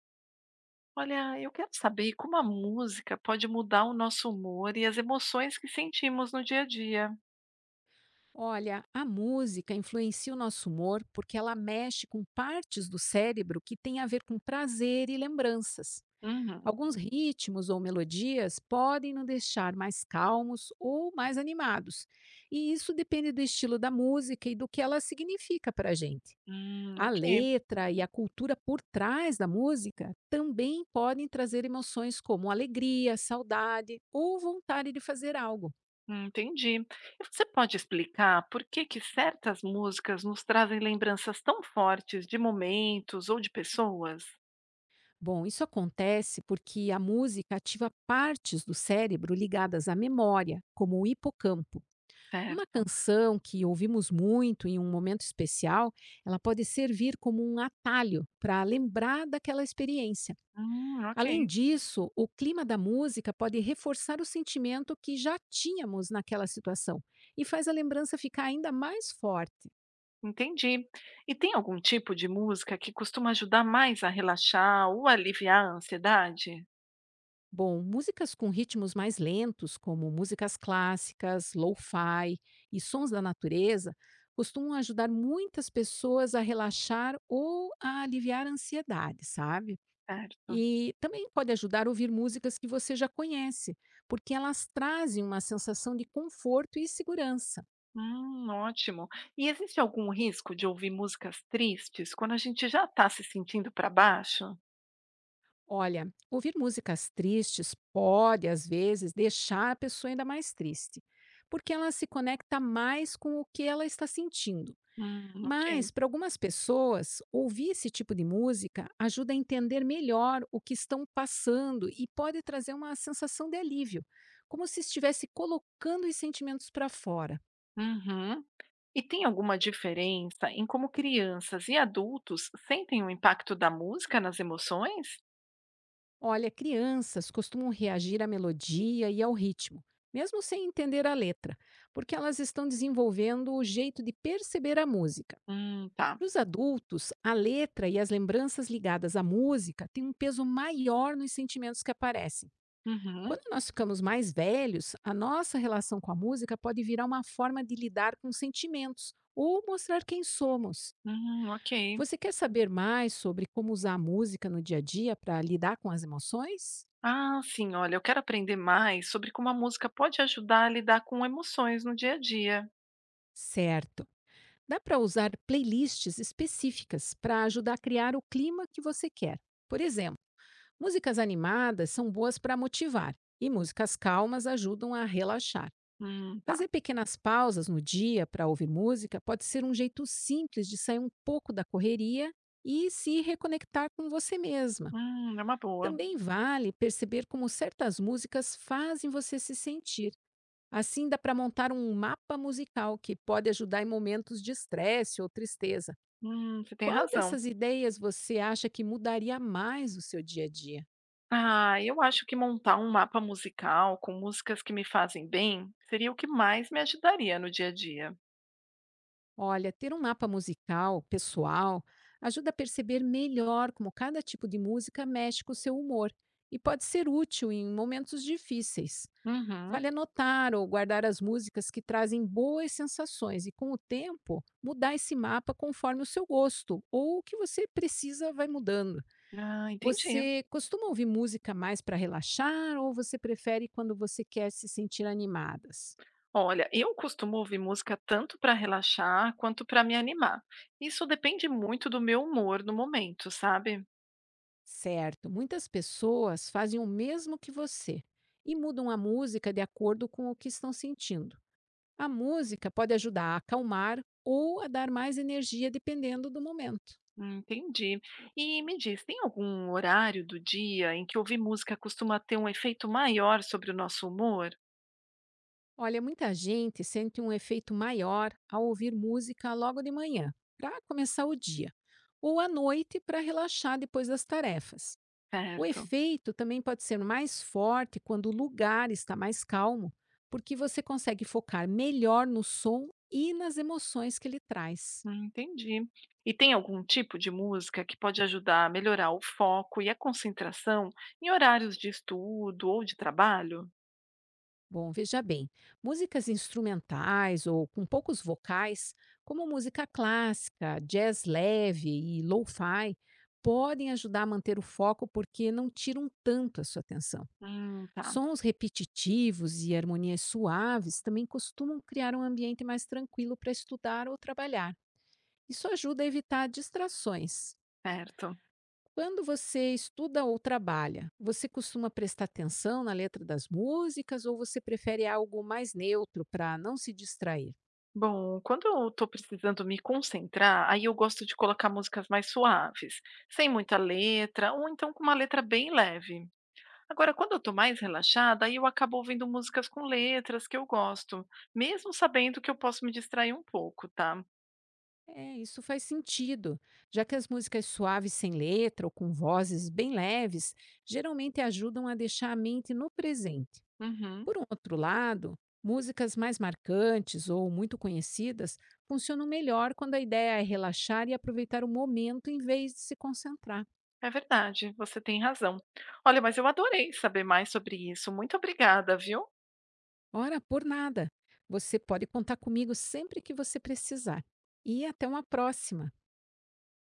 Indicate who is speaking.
Speaker 1: Olha, eu quero saber como a música pode mudar o nosso humor e as emoções que sentimos no dia a dia.
Speaker 2: Olha, a música influencia o nosso humor porque ela mexe com partes do cérebro que têm a ver com prazer e lembranças.
Speaker 1: Uhum.
Speaker 2: Alguns ritmos ou melodias podem nos deixar mais calmos ou mais animados, e isso depende do estilo da música e do que ela significa para a gente. A
Speaker 1: Ok.
Speaker 2: letra e a cultura por trás da música também podem trazer emoções como alegria, saudade ou vontade de fazer algo.
Speaker 1: Entendi. E você pode explicar por que certas músicas nos trazem lembranças tão fortes de momentos ou de pessoas?
Speaker 2: Bom, isso acontece porque a música ativa partes do cérebro ligadas à memória, como o hipocampo. Uma
Speaker 1: Certo.
Speaker 2: canção que ouvimos muito em um momento especial, ela pode servir como um atalho para lembrar daquela experiência.
Speaker 1: Ok,
Speaker 2: Além disso, o clima da música pode reforçar o sentimento que já tínhamos naquela situação e faz a lembrança ficar ainda mais forte.
Speaker 1: entendi. E tem algum tipo de música que costuma ajudar mais a relaxar ou aliviar a ansiedade?
Speaker 2: Bom, músicas com ritmos mais lentos, como músicas clássicas, lo-fi e sons da natureza, costumam ajudar muitas pessoas a relaxar ou a aliviar a ansiedade, sabe?
Speaker 1: Certo.
Speaker 2: E também pode ajudar a ouvir músicas que você já conhece, porque elas trazem uma sensação de conforto e segurança.
Speaker 1: Ótimo. E existe algum risco de ouvir músicas tristes quando a gente já está se sentindo para baixo?
Speaker 2: Olha, ouvir músicas tristes pode, às vezes, deixar a pessoa ainda mais triste, porque ela se conecta mais com o que ela está sentindo.
Speaker 1: Ok.
Speaker 2: Mas, para algumas pessoas, ouvir esse tipo de música ajuda a entender melhor o que estão passando e pode trazer uma sensação de alívio, como se estivesse colocando os sentimentos para fora.
Speaker 1: Uhum. E tem alguma diferença em como crianças e adultos sentem o impacto da música nas emoções?
Speaker 2: Olha, crianças costumam reagir à melodia e ao ritmo, mesmo sem entender a letra, porque elas estão desenvolvendo o jeito de perceber a música.
Speaker 1: Tá.
Speaker 2: Para os adultos, a letra e as lembranças ligadas à música têm um peso maior nos sentimentos que aparecem.
Speaker 1: Uhum.
Speaker 2: Quando nós ficamos mais velhos, a nossa relação com a música pode virar uma forma de lidar com sentimentos ou mostrar quem somos.
Speaker 1: Ok.
Speaker 2: Você quer saber mais sobre como usar a música no dia a dia para lidar com as emoções?
Speaker 1: Ah, sim, olha, eu quero aprender mais sobre como a música pode ajudar a lidar com emoções no dia a dia.
Speaker 2: Certo! Dá para usar playlists específicas para ajudar a criar o clima que você quer. Por exemplo, músicas animadas são boas para motivar e músicas calmas ajudam a relaxar.
Speaker 1: Tá.
Speaker 2: Fazer pequenas pausas no dia para ouvir música pode ser um jeito simples de sair um pouco da correria e se reconectar com você mesma.
Speaker 1: É uma boa.
Speaker 2: Também vale perceber como certas músicas fazem você se sentir. Assim dá para montar um mapa musical que pode ajudar em momentos de estresse ou tristeza.
Speaker 1: Você tem
Speaker 2: Qual
Speaker 1: razão.
Speaker 2: dessas ideias você acha que mudaria mais o seu dia a dia?
Speaker 1: Ah, eu acho que montar um mapa musical com músicas que me fazem bem seria o que mais me ajudaria no dia a dia.
Speaker 2: Olha, ter um mapa musical, pessoal, ajuda a perceber melhor como cada tipo de música mexe com o seu humor e pode ser útil em momentos difíceis.
Speaker 1: Uhum.
Speaker 2: Vale anotar ou guardar as músicas que trazem boas sensações e, com o tempo, mudar esse mapa conforme o seu gosto ou o que você precisa vai mudando.
Speaker 1: Ah, entendi.
Speaker 2: Você costuma ouvir música mais para relaxar ou você prefere quando você quer se sentir animadas?
Speaker 1: Olha, eu costumo ouvir música tanto para relaxar quanto para me animar. Isso depende muito do meu humor no momento, sabe?
Speaker 2: Certo, muitas pessoas fazem o mesmo que você e mudam a música de acordo com o que estão sentindo. A música pode ajudar a acalmar ou a dar mais energia dependendo do momento.
Speaker 1: Entendi. E me diz, tem algum horário do dia em que ouvir música costuma ter um efeito maior sobre o nosso humor?
Speaker 2: Olha, muita gente sente um efeito maior ao ouvir música logo de manhã, para começar o dia, ou à noite para relaxar depois das tarefas. O
Speaker 1: Certo.
Speaker 2: efeito também pode ser mais forte quando o lugar está mais calmo, porque você consegue focar melhor no som e nas emoções que ele traz.
Speaker 1: Entendi. E tem algum tipo de música que pode ajudar a melhorar o foco e a concentração em horários de estudo ou de trabalho?
Speaker 2: Bom, veja bem, músicas instrumentais ou com poucos vocais, como música clássica, jazz leve e lo-fi, podem ajudar a manter o foco porque não tiram tanto a sua atenção.
Speaker 1: Tá,
Speaker 2: Sons repetitivos e harmonias suaves também costumam criar um ambiente mais tranquilo para estudar ou trabalhar. Isso ajuda a evitar distrações.
Speaker 1: certo.
Speaker 2: Quando você estuda ou trabalha, você costuma prestar atenção na letra das músicas ou você prefere algo mais neutro para não se distrair?
Speaker 1: Bom, quando eu estou precisando me concentrar, aí eu gosto de colocar músicas mais suaves, sem muita letra, ou então com uma letra bem leve. Agora, quando eu estou mais relaxada, aí eu acabo ouvindo músicas com letras que eu gosto, mesmo sabendo que eu posso me distrair um pouco, tá?
Speaker 2: É, isso faz sentido, já que as músicas suaves sem letra ou com vozes bem leves geralmente ajudam a deixar a mente no presente.
Speaker 1: Uhum.
Speaker 2: Por um outro lado, músicas mais marcantes ou muito conhecidas funcionam melhor quando a ideia é relaxar e aproveitar o momento em vez de se concentrar.
Speaker 1: É verdade, você tem razão. Olha, mas eu adorei saber mais sobre isso. Muito obrigada, viu?
Speaker 2: Ora, por nada. Você pode contar comigo sempre que você precisar. E até uma próxima.